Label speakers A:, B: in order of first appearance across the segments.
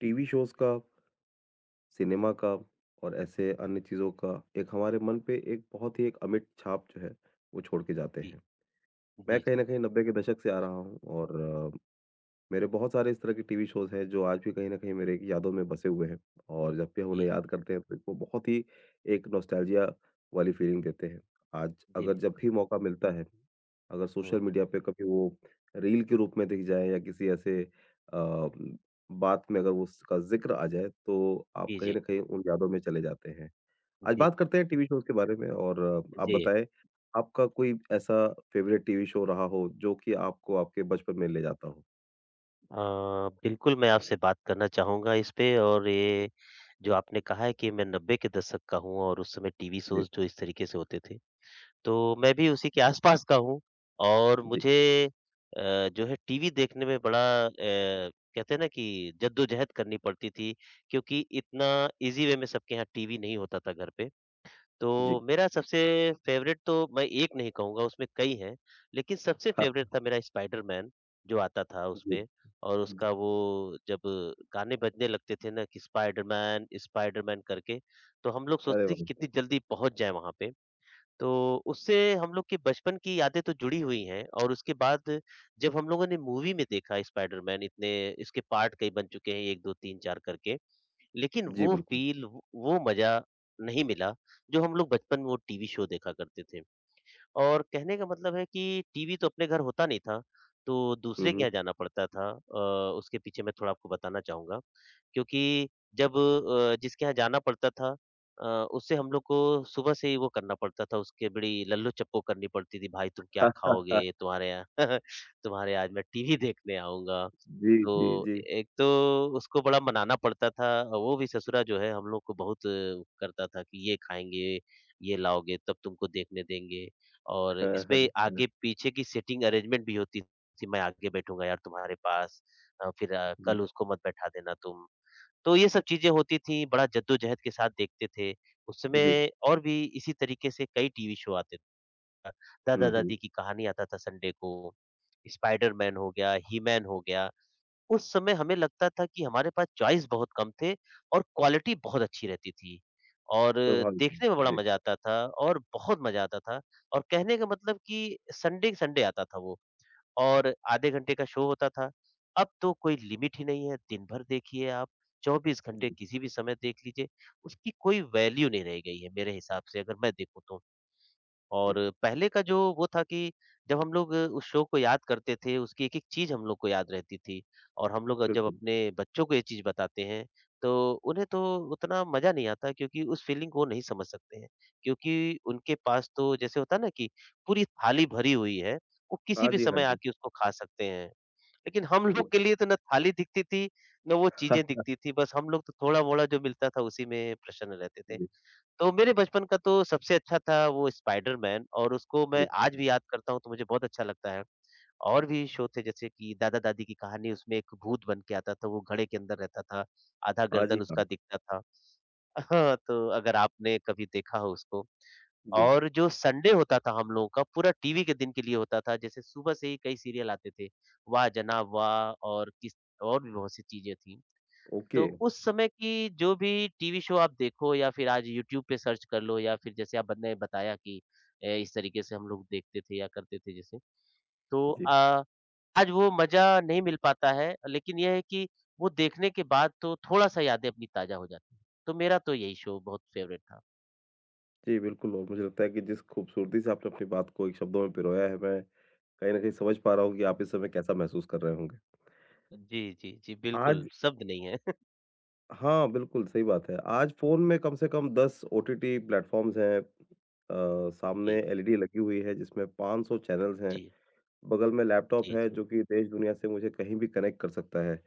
A: TV shows का, cinema का और ऐसे अन्य चीज़ों का एक हमारे मन पे एक बहुत ही एक अमिट छाप जो है, वो छोड़ के जाते
B: जी,
A: हैं। मैं
B: जी,
A: कहीं न
B: जी,
A: कहीं 90 के दशक से आ रहा हूँ और मेरे बहुत सारे इस तरह के टीवी शोज़ हैं जो आज भी कहीं न कहीं मेरे यादों में बसे हुए हैं और जब भी हम
B: जी,
A: उन्हें याद करते हैं तो वो बहुत ही एक नॉस्टैल्जिया वाली फ़ीलिंग देते हैं। आज
B: जी, जी,
A: अगर जब
B: बिल्कुल।
A: भी मौका मिलता है, अगर सोशल
B: हुँ,
A: मीडिया पे कभी वो रील के रूप में दिख जाए या किसी ऐसे बात में अगर वो उसका ज़िक्र आ जाए तो आप
B: जी,
A: कहीं
B: जी,
A: न कहीं उन यादों में चले जाते हैं। आज
B: जी,
A: बात करते
B: बिल्कुल।
A: हैं टीवी शोज़ के बारे में और आप
B: जी,
A: बताएँ आपका कोई ऐसा फ़ेवरेट टीवी शो रहा हो जो कि आपको आपके बचपन में ले जाता हो?
B: अ, बिल्कुल मैं आपसे बात करना चाहूँगा इस पे और ये जो आपने कहा है कि मैं 90 के दशक का हूँ और उस समय टीवी
A: जी।
B: शोज़ जो इस तरीके से होते थे, तो मैं भी उसी के आस-पास का हूँ और
A: जी,
B: मुझे अ, जो है टीवी देखने में बड़ा अ, कहते हैं ना कि जद्दोजहद करनी पड़ती थी क्योंकि इतना ईज़ी वे में सबके यहाँ टीवी नहीं होता था घर पे। तो
A: जी।
B: मेरा सबसे फ़ेवरेट तो मैं एक नहीं कहूँगा उसमें कई हैं, लेकिन सबसे
A: हाँ,
B: फ़ेवरेट था मेरा स्पाइडरमैन जो आता था
A: जी,
B: उसमें और
A: जी।
B: उसका वो जब गाने बजने लगते थे ना कि स्पाइडरमैन, स्पाइडरमैन करके, तो हम लोग
A: अरे
B: सोचते थे कि
A: वाह!
B: कितनी जल्दी पहुँच जाएँ वहाँ पे। तो उससे हम लोग के बचपन की यादें तो जुड़ी हुई हैं और उसके बाद जब हम लोगों ने मूवी में देखा स्पाइडरमैन इतने इसके पार्ट कई बन चुके हैं 1, 2, 3, 4 करके। लेकिन
A: जी,
B: वो
A: बिल्कुल।
B: फ़ील वो मज़ा नहीं मिला, जो हम लोग बचपन में वो टीवी शो देखा करते थे। और कहने का मतलब है कि टीवी तो अपने घर होता नहीं था, तो
A: हुँ,
B: दूसरे के
A: हुँ।
B: यहाँ जाना पड़ता था उसके पीछे मैं थोड़ा आपको बताना चाहूँगा क्योंकि जब जिसके यहाँ जाना पड़ता था अ, उससे हम लोग को सुबह से ही वो करना पड़ता था, उसके बड़ी लल्लो-चप्पो करनी पड़ती थी, भाई तुम क्या खाओगे? तुम्हारे यहाँ तुम्हारे आज मैं टीवी देखने आऊँगा।
A: जी, जी,
B: तो
A: जी।
B: एक तो उसको बड़ा मनाना पड़ता था और वो भी ससुरा जो है हम लोग को बहुत करता था कि ये खाएँगे, ये लाओगे तब तुमको देखने देंगे और
A: हाँ, हाँ,
B: इसमें
A: हाँ।
B: आगे पीछे की सीटिंग अरेंजमेंट भी होती थी, मैं आगे बैठूँगा यार तुम्हारे पास फिर
A: हुँ,
B: कल उसको मत बैठा देना तुम। तो ये सब चीज़ें होती थी, बड़ा जद्दोजहद के साथ देखते थे। उस
A: जी।
B: समय और भी इसी तरीके से कई टीवी शो आते थे।
A: हुँ, हुँ।
B: दादा-दादी की कहानी आता था संडे को, स्पाइडरमैन हो गया, ही मैन हो गया। उस समय हमें लगता था कि हमारे पास चॉइस बहुत कम थे और क्वालिटी बहुत अच्छी रहती थी और
A: स्वाभाविक है।
B: देखने में बड़ा
A: जी,
B: मज़ा आता था और बहुत मज़ा आता था और कहने का मतलब कि संडे संडे आता था वो और आधे घंटे का शो होता था। अब तो कोई लिमिट ही नहीं है, दिन भर देखिए आप, 24 घंटे
A: जी,
B: किसी भी समय देख लीजिए, उसकी कोई वैल्यू नहीं रह गई है मेरे हिसाब से अगर मैं देखूँ तो।
A: जी,
B: और पहले का जो वो था कि जब हम लोग उस शो को याद करते थे, उसकी एक-एक चीज़ हम लोग को याद रहती थी और हम लोग जब
A: बिल्कुल।
B: अपने बच्चों को ये चीज़ बताते हैं, तो उन्हें तो उतना मज़ा नहीं आता क्योंकि उस फीलिंग को वो नहीं समझ सकते हैं। क्योंकि उनके पास तो जैसे होता है ना कि पूरी थाली भरी हुई है, वो किसी
A: हाँ
B: भी
A: जी, हाँ
B: समय
A: जी।
B: आके उसको खा सकते हैं। लेकिन हम
A: जी।
B: लोग के लिए तो ना थाली दिखती थी, ना वो
A: हाँ,
B: चीज़ें दिखती थी, बस हम लोग तो थोड़ा-मोड़ा जो मिलता था उसी में प्रसन्न रहते थे।
A: जी,
B: तो मेरे बचपन का तो सबसे अच्छा था वो स्पाइडरमैन और उसको मैं
A: जी।
B: आज भी याद करता हूँ तो मुझे बहुत अच्छा लगता है। और भी शो थे जैसे कि दादा-दादी की कहानी उसमें एक भूत बन के आता था, वो घड़े के अंदर रहता था, आधा
A: हाँ जी,
B: गर्दन
A: हाँ।
B: उसका दिखता था। हाँ, तो अगर आपने कभी देखा हो उसको
A: जी,
B: और जो संडे होता था हम लोगों का पूरा टीवी के दिन के लिए होता था, जैसे सुबह से ही कई सीरियल आते थे, वाह जनाब वाह! और भी बहुत सी चीज़ें थी।
A: ओके।
B: तो उस समय की जो भी टीवी शो आप देखो या फिर आज यूट्यूब पे सर्च कर लो या फिर जैसे आप ने बताया कि इस तरीके से हम लोग देखते थे या करते थे जैसे, तो
A: जी,
B: आज वो मज़ा नहीं मिल पाता है, लेकिन ये है कि वो देखने के बाद तो थोड़ा-सा यादें अपनी ताज़ा हो जाती हैं। तो मेरा तो यही शो बहुत फेवरेट था।
A: जी, बिल्कुल और मुझे लगता है कि जिस खूबसूरती से आपने अपनी बात को एक शब्दों में पिरोया है, मैं कहीं न कहीं समझ पा रहा हूँ कि
B: हुँ।
A: आप इस समय कैसा महसूस कर रहे होंगे।
B: जी, जी, जी, बिल्कुल,
A: आज
B: शब्द नहीं है।
A: हाँ, बिल्कुल, सही बात है। आज फ़ोन में कम से कम 10 ओटीटी प्लेटफ़ॉर्म्स हैं। सामने
B: जी,
A: एलईडी लगी हुई है जिसमें 500 चैनल्स हैं।
B: जी,
A: बगल में लैपटॉप
B: जी,
A: है
B: जी,
A: जो कि देश दुनिया से मुझे कहीं भी कनेक्ट कर सकता है।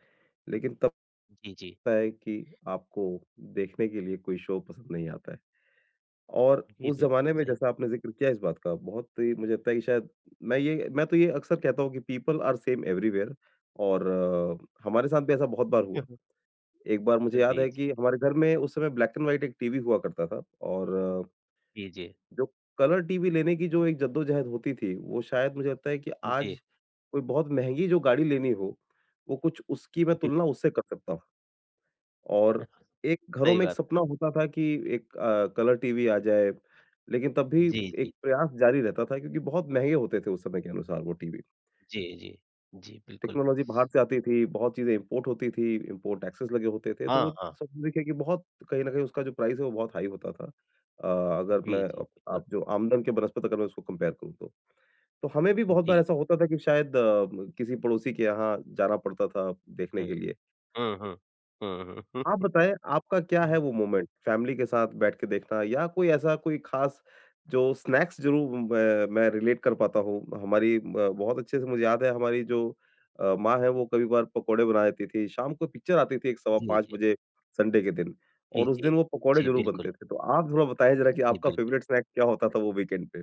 A: लेकिन तब
B: जी, जी,
A: होता है कि आपको देखने के लिए कोई शो पसंद नहीं आता है। और
B: जी,
A: उस
B: बिल्कुल
A: ज़माने में
B: सही।
A: जैसा आपने ज़िक्र किया इस बात का बहुत ही मुझे लगता है कि शायद मैं तो ये अक्सर कहता हूँ कि पीपल आर सेम एवरीवेयर और हमारे साथ भी ऐसा बहुत बार हुआ। एक बार मुझे याद
B: जी,
A: है
B: जी,
A: कि हमारे घर में उस समय ब्लैक एंड व्हाइट एक टीवी हुआ करता था और
B: जी, जी,
A: जो कलर टीवी लेने की जो एक जद्दोजहद होती थी, वो शायद मुझे लगता है कि
B: जी,
A: आज कोई बहुत महँगी जो गाड़ी लेनी हो, वो कुछ उसकी मैं
B: जी,
A: तुलना उससे कर सकता हूँ। और एक घरों
B: सही
A: में एक
B: बात है।
A: सपना होता था कि एक कलर टीवी आ जाए, लेकिन तब भी
B: जी, जी।
A: एक प्रयास जारी रहता था क्योंकि बहुत महँगे होते थे उस समय के अनुसार वो टीवी।
B: जी, जी। जी, बिल्कुल।
A: टेक्नोलॉज़ी बाहर से आती थी, बहुत चीज़ें इम्पोर्ट होती थी, इम्पोर्ट टैक्सेस लगे होते थे, तो वो
B: हाँ, हाँ।
A: सब देखिए कि बहुत कहीं न कहीं उसका जो प्राइस है वो बहुत हाई होता था। अ, अगर
B: जी,
A: मैं
B: जी,
A: अप
B: बिल्कुल।
A: आप जो आमदन के बनस्पत अगर मैं उसको कंपेयर करूँ तो। तो हमें भी बहुत बार
B: जी,
A: ऐसा होता था कि शायद किसी पड़ोसी के यहाँ जाना पड़ता था देखने के
B: जी।
A: लिए।
B: हुँ, हुँ, हुँ।
A: आप
B: हुँ,
A: बताएँ आपका क्या है
B: हुँ।
A: वो मोमेंट? फैमिली के साथ बैठ के देखना या कोई ऐसा कोई ख़ास जो स्नैक्स ज़रूर मैं रिलेट कर पाता हूँ। हमारी ब बहुत अच्छे से मुझे याद है हमारी जो माँ है वो कभी-कभार पकौड़े बना देती थी। शाम को पिक्चर आती थी
B: जी,
A: 5:15
B: जी।
A: बजे संडे के दिन
B: जी,
A: और उस
B: जी।
A: दिन वो पकौड़े
B: जी,
A: ज़रूर
B: बिल्कुल।
A: बनते थे। तो आप थोड़ा बताएँ ज़रा कि
B: जी,
A: आपका
B: बिल्कुल।
A: फ़ेवरेट स्नैक क्या होता था वो वीकेंड पे?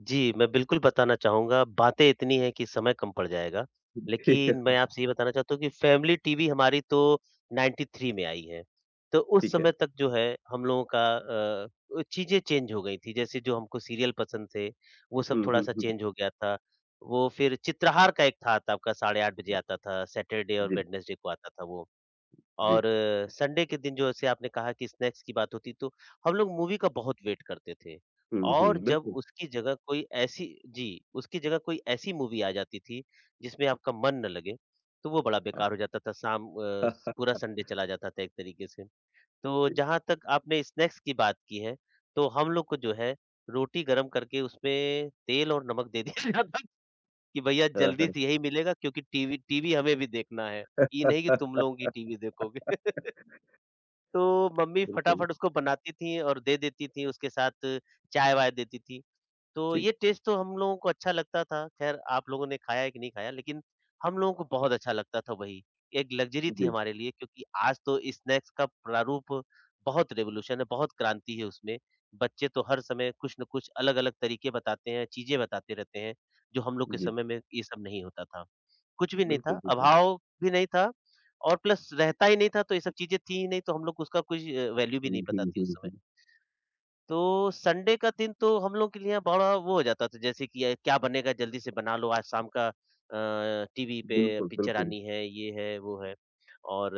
B: जी, मैं बिल्कुल बताना चाहूँगा, बातें इतनी हैं कि समय कम पड़ जाएगा। लेकिन मैं आपसे ये बताना चाहता हूँ कि फ़ैमिली टीवी हमारी तो 93 में आई है। तो उस
A: ठीक है।
B: समय तक जो है हम लोगों का चीज़ें चेंज हो गई थी। जैसे जो हमको सीरियल पसंद थे, वो सब
A: हुँ, हुँ,
B: थोड़ा-सा
A: हुँ।
B: चेंज हो गया था। वो फिर चित्रहार का एक था आता आपका 8:30 बजे आता था, सैटरडे और
A: जी,
B: वेडनेसडे को आता था वो।
A: जी।
B: और संडे के दिन जो जैसे आपने कहा कि स्नैक्स की बात होती तो हम लोग मूवी का बहुत वेट करते थे
A: हुँ,
B: और
A: हुँ,
B: जब
A: बिल्कुल।
B: उसकी जगह कोई ऐसी जी, उसकी जगह कोई ऐसी मूवी आ जाती थी जिसमें आपका मन ना लगे, तो वो बड़ा
A: हाँ।
B: बेकार हो जाता था शाम पूरा संडे चला जाता था एक तरीके से। तो
A: जी।
B: जहाँ तक आपने स्नैक्स की बात की है, तो हम लोग को जो है रोटी गरम करके उसमें तेल और नमक दे दिया जाता कि भैया
A: हाँ,
B: जल्दी
A: हाँ।
B: से यही मिलेगा क्योंकि टीवी टीवी हमें भी देखना है। ये नहीं कि तुम लोगों की टीवी देखोगे। तो मम्मी
A: बिल्कुल।
B: फटाफट उसको बनाती थीं और दे देती थीं, उसके साथ चाय-वाय देती थीं। तो
A: जी,
B: ये टेस्ट तो हम लोगों को अच्छा लगता था, ख़ैर आप लोगों ने खाया है कि नहीं खाया, लेकिन हम लोगों को बहुत अच्छा लगता था वही। एक लग्ज़री थी
A: जी।
B: हमारे लिए क्योंकि आज तो स्नैक्स का प्रारूप बहुत रिवॉल्यूशन है, बहुत क्रांति है उसमें। बच्चे तो हर समय कुछ न कुछ अलग-अलग तरीके बताते हैं, चीज़ें बताते रहते हैं, जो हम लोग के
A: जी,
B: समय में ये सब नहीं होता था। कुछ भी नहीं
A: बिल्कुल,
B: था,
A: बिल्कुल।
B: अभाव भी नहीं था और प्लस रहता ही नहीं था, तो ये सब चीज़ें थी ही नहीं, तो हम लोग को उसका कुछ वैल्यू भी
A: हुँ,
B: नहीं पता
A: हुँ,
B: थी उस
A: हुँ, हुँ।
B: समय। तो संडे का दिन तो हम लोग के लिए बड़ा वो हो जाता था, जैसे कि क्या बनेगा जल्दी से बना लो आज शाम का टीवी पे
A: बिल्कुल,
B: पिक्चर
A: बिल्कुल।
B: आनी है, ये है, वो है। और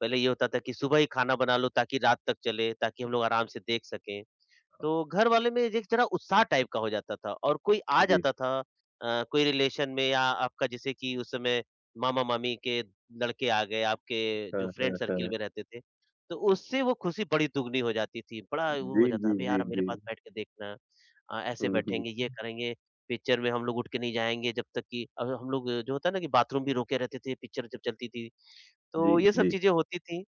B: पहले ये होता था कि सुबह ही खाना बना लो ताकि रात तक चले, ताकि हम लोग आराम से देख सकें।
A: हाँ,
B: तो घर वाले में एक जरा उत्साह टाइप का हो जाता था और कोई आ
A: जी।
B: जाता था कोई रिलेशन में या आपका जैसे कि उस समय मामा-मामी के लड़के आ गए, आपके
A: हाँ,
B: जो फ्रेंड
A: हाँ,
B: सर्किल
A: हाँ।
B: में रहते थे, तो उससे वो खुशी बड़ी दुगनी हो जाती थी। बड़ा वो हो
A: जी,
B: जाता,
A: जी,
B: "अबे
A: जी,
B: यार! मेरे
A: जी।
B: पास बैठ के देखना ऐसे
A: हुँ, हुँ।
B: बैठेंगे, ये करेंगे, पिक्चर में हम लोग उठ के नहीं जाएँगे जब तक कि" अब हम लोग जो होता है ना कि बाथरूम भी रोके रहते थे, पिक्चर जब चलती थी,
A: जी,
B: तो ये सब
A: जी,
B: चीज़ें होती थीं।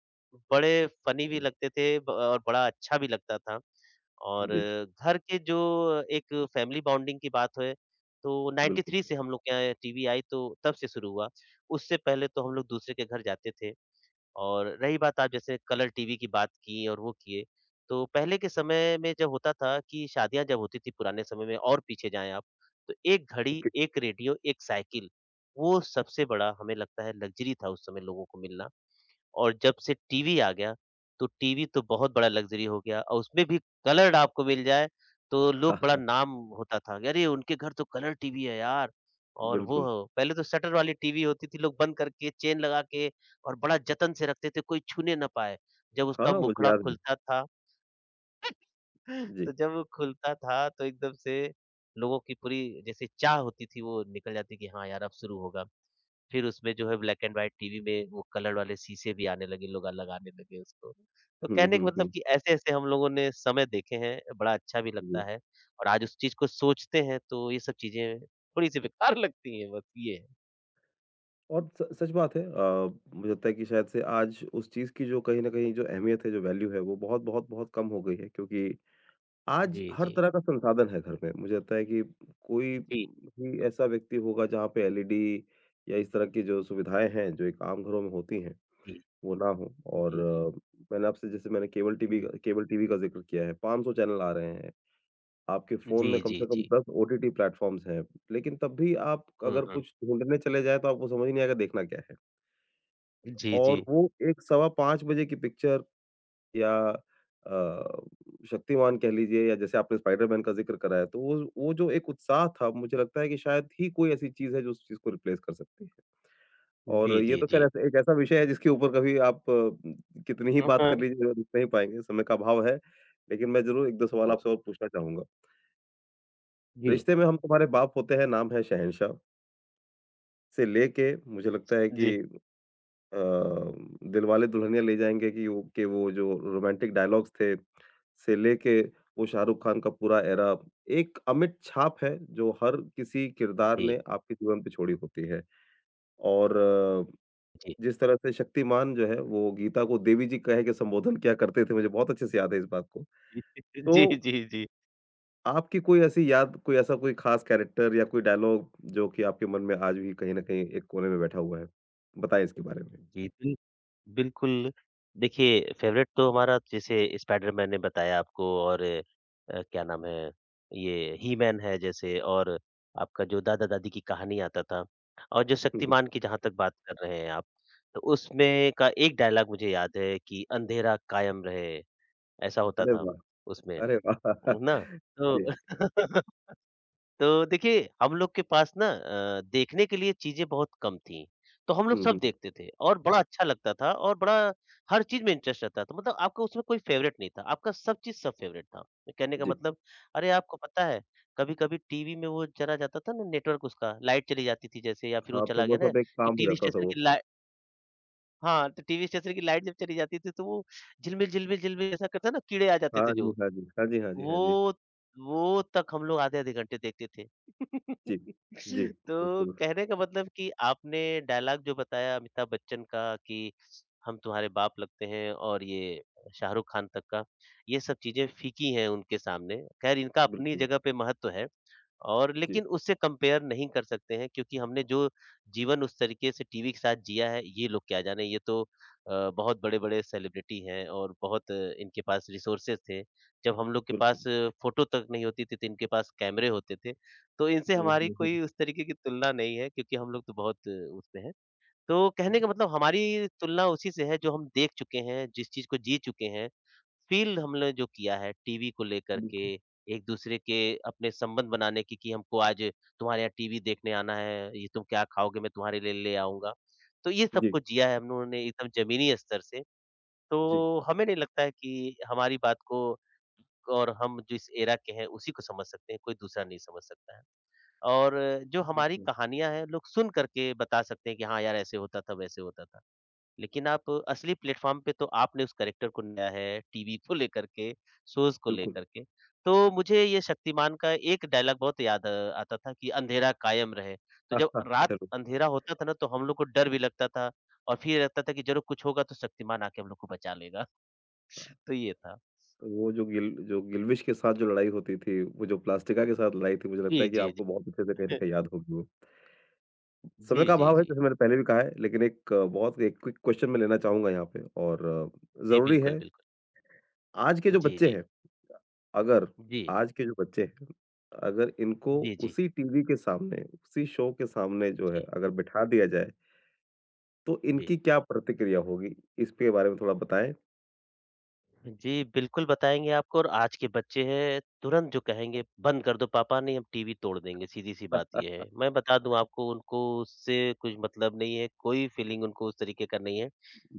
B: बड़े फ़नी भी
A: जी,
B: लगते थे ब और बड़ा अच्छा भी लगता था। और
A: जी,
B: घर के जो एक फैमिली बॉन्डिंग की बात है, तो
A: बिल्कुल।
B: 93 से हम लोग के यहाँ टीवी आई तो तब से शुरू हुआ। उससे पहले तो हम लोग दूसरे के घर जाते थे और रही बात आप जैसे कलर टीवी की बात की और वो किए, तो पहले के समय में जब होता था कि शादियाँ जब होती थी पुराने समय में और पीछे जाएँ आप, तो 1 घड़ी,
A: ओके,
B: 1 रेडियो, 1 साइकिल, वो सबसे बड़ा हमें लगता है लग्ज़री था उस समय लोगों को मिलना। और जब से टीवी आ गया, तो टीवी तो बहुत बड़ा लग्ज़री हो गया और उसमें भी कलर्ड आपको मिल जाए, तो लोग बड़ा
A: हाँ,
B: नाम होता था कि अरे! उनके घर तो कलर टीवी है यार। और वो
A: बिल्कुल।
B: पहले तो शटर वाली टीवी होती थी, लोग बंद करके चेन लगा के और बड़ा जतन से रखते थे, कोई छूने ना पाए। जब उसका
A: हाँ, मुझे
B: मुखड़ा
A: याद है।
B: खुलता था
A: जी।
B: तो जब वो खुलता था, तो एकदम से लोगों की पूरी जैसे चाह होती थी, वो निकल जाती कि हाँ यार, अब शुरू होगा। फिर उसमें जो है ब्लैक एंड व्हाइट टीवी में वो कलर वाले शीशे भी आने लगे, लोग लगाने लगे उसको। तो
A: हुँ,
B: कहने का
A: हुँ,
B: मतलब
A: हुँ,
B: कि ऐसे-ऐसे हम लोगों ने समय देखे हैं, बड़ा अच्छा भी
A: जी।
B: लगता है। और आज उस चीज़ को सोचते हैं तो ये सब चीज़ें थोड़ी-सी बेकार लगती हैं बस ये है।
A: और स सच बात है मुझे लगता है कि शायद से आज उस चीज़ की जो कहीं न कहीं जो अहमियत है, जो वैल्यू है, वो बहुत-बहुत बहुत बहुत कम हो गई है क्योंकि आज
B: जी,
A: हर
B: जी।
A: तरह का संसाधन है घर में। मुझे लगता है कि कोई
B: जी,
A: भी ऐसा व्यक्ति होगा जहाँ पे एलईडी या इस तरह की जो सुविधाएँ हैं, जो एक आम घरों में होती हैं,
B: जी।
A: वो ना हो और
B: जी, जी।
A: मैंने आपसे जैसे मैंने
B: हुँ।
A: केबल टीवी का ज़िक्र किया है, 500 चैनल आ रहे हैं, आपके फ़ोन
B: जी,
A: में कम
B: जी,
A: से कम
B: जी।
A: 10 ओटीटी प्लेटफ़ॉर्म्स हैं, लेकिन तब भी आप
B: हुँ,
A: अगर
B: हुँ।
A: कुछ ढूँढने चले जाएँ, तो आपको समझ ही नहीं आएगा देखना क्या है?
B: जी,
A: और
B: जी।
A: वो एक सवा 5 बजे की पिक्चर या अ, शक्तिमान कह लीजिए या जैसे आपने स्पाइडरमैन का ज़िक्र कराया तो वो जो एक उत्साह था मुझे लगता है कि शायद ही कोई ऐसी चीज़ है जो उस चीज़ को रिप्लेस कर सकती है। और
B: जी,
A: ये
B: जी,
A: तो ख़ैर
B: जी।
A: एक ऐसा विषय है जिसके ऊपर कभी आप कितनी ही बात कर
B: हाँ,
A: लीजिए रुक नहीं पाएँगे, समय का अभाव है। लेकिन मैं ज़रूर 1-2 सवाल
B: हाँ।
A: आपसे और पूछना चाहूँगा।
B: जी।
A: रिश्ते में हम तुम्हारे बाप होते हैं नाम है शहंशाह, से लेके मुझे लगता है
B: जी।
A: कि अ, दिलवाले दुल्हनिया ले जाएँगे कि वो जो रोमांटिक डायलॉग्स थे, से लेके वो शाहरुख खान का पूरा एरा, एक अमिट छाप है जो हर किसी किरदार
B: जी।
A: ने आपके जीवन पे छोड़ी होती है। और
B: जी। जी,
A: जिस तरह से शक्तिमान जो है वो गीता को देवी जी कह के संबोधन किया करते थे, मुझे बहुत अच्छे से याद है इस बात को।
B: जी,
A: तो
B: जी।
A: आपकी कोई ऐसी याद, कोई ऐसा कोई खास कैरेक्टर या कोई डायलॉग जो कि आपके मन में आज भी कहीं न कहीं एक कोने में बैठा हुआ है? बताएँ इसके बारे में।
B: जी, जी। जी, बिल्कुल, देखिए फ़ेवरेट तो हमारा जैसे स्पाइडरमैन ने बताया आपको और क्या नाम है, ये ही मैन है जैसे। और आपका जो दादा-दादी की कहानी आता था और जो
A: हुँ, हुँ।
B: शक्तिमान की जहाँ तक बात कर रहे हैं आप, तो उसमें का एक डायलॉग मुझे याद है कि अंधेरा कायम रहे, ऐसा होता
A: अरे
B: था
A: वाह!
B: उसमें,
A: अरे वाह!
B: ना? तो
A: जी।
B: तो देखिए, हम लोग के पास ना देखने के लिए चीज़ें बहुत कम थीं, तो हम लोग
A: हुँ,
B: सब
A: हुँ।
B: देखते थे और बड़ा अच्छा लगता था और बड़ा हर चीज़ में इंटरेस्ट रहता था। मतलब आपका उसमें कोई फ़ेवरेट नहीं था, आपका सब चीज़ सब फ़ेवरेट था। कहने का
A: जी।
B: मतलब अरे, आपको पता है कभी-कभी टीवी में वो चला जाता था ना नेटवर्क उसका, लाइट चली जाती थी जैसे या फिर वो
A: हाँ, तो
B: चला
A: वो
B: गया ना
A: सब एक
B: कि
A: काम हो
B: टीवी
A: जाता था
B: स्टेशन
A: वो।
B: की लाइ हाँ, तो टीवी स्टेशन की लाइट जब चली जाती थी तो वो झिलमिल-झिलमिल-झिलमिल ऐसा करता है ना कीड़े आ जाते
A: हाँ
B: थे जो।
A: जी, हाँ जी। हाँ जी, हाँ जी, हाँ जी।
B: वो वो तक हम लोग आधे-आधे घंटे देखते थे।
A: जी। जी,
B: तो
A: बिल्कुल,
B: कहने का मतलब कि आपने डायलॉग जो बताया अमिताभ बच्चन का कि हम तुम्हारे बाप लगते हैं और ये शाहरुख खान तक का, ये सब चीज़ें फीकी हैं उनके सामने। ख़ैर इनका अपनी
A: बिल्कुल।
B: जगह पे महत्व है। और
A: जी,
B: लेकिन उससे कंपेयर नहीं कर सकते हैं क्योंकि हमने जो जीवन उस तरीके से टीवी के साथ जिया है, ये लोग क्या जाने। ये तो बहुत बड़े-बड़े सेलिब्रिटी हैं और बहुत इनके पास रिसोर्सेज़ थे। जब हम लोग के पास
A: बिल्कुल।
B: फ़ोटो तक नहीं होती थी, तो इनके पास कैमरे होते थे। तो इनसे
A: हुँ,
B: हमारी
A: हुँ, हुँ।
B: कोई उस तरीके की तुलना नहीं है क्योंकि हम लोग तो बहुत उसमें हैं। तो कहने
A: जी,
B: का मतलब हमारी तुलना उसी से है जो हम देख चुके हैं, जिस चीज़ को जी चुके हैं। फ़ील हमने जो किया है टीवी को लेकर के,
A: बिल्कुल।
B: एक दूसरे के अपने संबंध बनाने की कि हमको आज तुम्हारे यहाँ टीवी देखने आना है, ये तुम क्या खाओगे मैं तुम्हारे लिए ले आऊँगा। तो ये सब
A: जी,
B: कुछ जिया है हम लोगों ने एकदम ज़मीनी स्तर से,
A: जी,
B: तो हमें नहीं लगता है कि हमारी बात को और हम जिस एरा के हैं उसी को समझ सकते हैं, कोई दूसरा नहीं समझ सकता है। और जो हमारी
A: बिल्कुल,
B: कहानियाँ हैं लोग सुन कर के बता सकते हैं कि हाँ यार ऐसे होता था, वैसे होता था। लेकिन आप असली प्लेटफ़ॉर्म पे तो आपने उस कैरेक्टर को लाया है, टीवी को लेकर के, शोज़ को
A: बिल्कुल।
B: लेकर के। तो मुझे ये शक्तिमान का एक डायलॉग बहुत याद आता था कि अंधेरा कायम रहे। तो
A: हाँ,
B: जब
A: हाँ,
B: रात
A: ज़रूर।
B: अंधेरा होता था ना तो हम लोग को डर भी लगता था और फिर ये लगता था कि ज़रूर कुछ होगा तो शक्तिमान आके हम लोग को बचा लेगा।
A: हाँ,
B: तो ये था।
A: तो वो जो गिल जो गिल्विश के साथ जो लड़ाई होती थी, वो जो प्लास्टिका के साथ लड़ाई थी, मुझे लगता है
B: जी,
A: कि
B: जी,
A: आपको बहुत अच्छे से कहीं न
B: जी।
A: कहीं याद होगी वो।
B: जी,
A: समय का
B: जी,
A: अभाव है,
B: जी।
A: जैसे मैंने पहले भी कहा है, लेकिन एक बहुत एक क्विक क्वेश्चन मैं लेना चाहूँगा यहाँ पे और
B: जी,
A: ज़रूरी
B: बिल्कुल,
A: है,
B: बिल्कुल।
A: आज के जो
B: जी,
A: बच्चे
B: जी।
A: हैं अगर
B: जी।
A: आज के जो बच्चे हैं, अगर इनको
B: जी, जी।
A: उसी टीवी के सामने, उसी शो के सामने जो है
B: जी,
A: अगर बिठा दिया जाए, तो
B: जी।
A: इनकी क्या प्रतिक्रिया होगी? इसके बारे में थोड़ा बताएँ?
B: जी, बिल्कुल बताएँगे आपको। और आज के बच्चे हैं तुरंत जो कहेंगे बंद कर दो पापा नहीं हम टीवी तोड़ देंगे, सीधी-सी बात ये है। मैं बता दूँ आपको उनको उससे कुछ मतलब नहीं है, कोई फीलिंग उनको उस तरीके का नहीं है।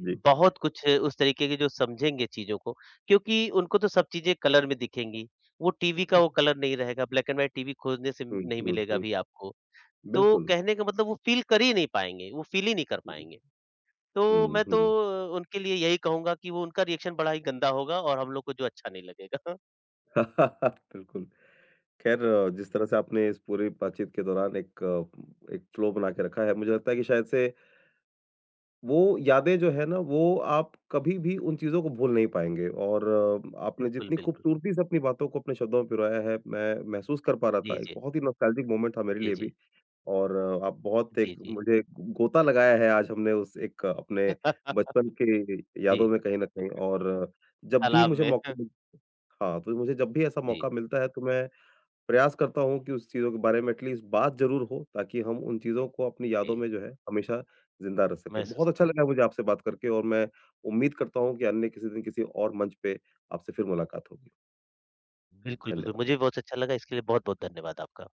A: जी।
B: बहुत कुछ है उस तरीके की जो समझेंगे चीज़ों को क्योंकि उनको तो सब चीज़ें कलर में दिखेंगी। वो टीवी का वो कलर नहीं रहेगा, ब्लैक एंड व्हाइट टीवी खोजने से
A: हुँ,
B: नहीं
A: हुँ,
B: मिलेगा
A: हुँ।
B: अभी आपको। तो
A: बिल्कुल।
B: कहने का मतलब वो फ़ील कर ही नहीं पाएँगे, वो फ़ील ही नहीं कर
A: हुँ,
B: पाएँगे। तो
A: हुँ,
B: मैं तो
A: हुँ।
B: उनके लिए यही कहूँगा कि वो उनका रिएक्शन बड़ा ही गंदा होगा और हम लोग को जो अच्छा नहीं लगेगा।
A: बिल्कुल। ख़ैर जिस तरह से आपने इस पूरी बातचीत के दौरान एक एक फ़्लो बना के रखा है, मुझे लगता है कि शायद से वो यादें जो है ना, वो आप कभी भी उन चीज़ों को भूल नहीं पाएँगे और आपने
B: बिल्कुल,
A: जितनी
B: बिल्कुल।
A: खूबसूरती से अपनी बातों को अपने शब्दों में पिरोया है, मैं महसूस कर पा रहा
B: जी,
A: था। एक
B: जी।
A: बहुत ही नॉस्टैल्जिक मोमेंट था मेरे
B: जी,
A: लिए
B: जी।
A: भी और आप बहुत एक
B: जी, जी।
A: मुझे गोता लगाया है आज हमने उस एक अपने बचपन की यादों
B: जी,
A: में कहीं न कहीं और अ, जब भी
B: तालाब
A: मुझे
B: में।
A: मौका मिल हाँ, तो मुझे जब भी ऐसा मौका
B: जी,
A: मिलता है तो मैं प्रयास करता हूँ कि उस चीज़ों के बारे में एटलीस्ट बात ज़रूर हो, ताकि हम उन चीज़ों को अपनी यादों
B: जी।
A: में जो है हमेशा ज़िंदा रख सकें।
B: महसूस।
A: बहुत अच्छा लगा मुझे आपसे बात करके और मैं उम्मीद करता हूँ कि अन्य किसी दिन किसी और मंच पे आपसे फिर मुलाकात होगी।
B: बिल्कुल, बिल्कुल।
A: धन्यवाद।
B: मुझे भी बहुत अच्छा लगा। इसके लिए बहुत-बहुत धन्यवाद आपका।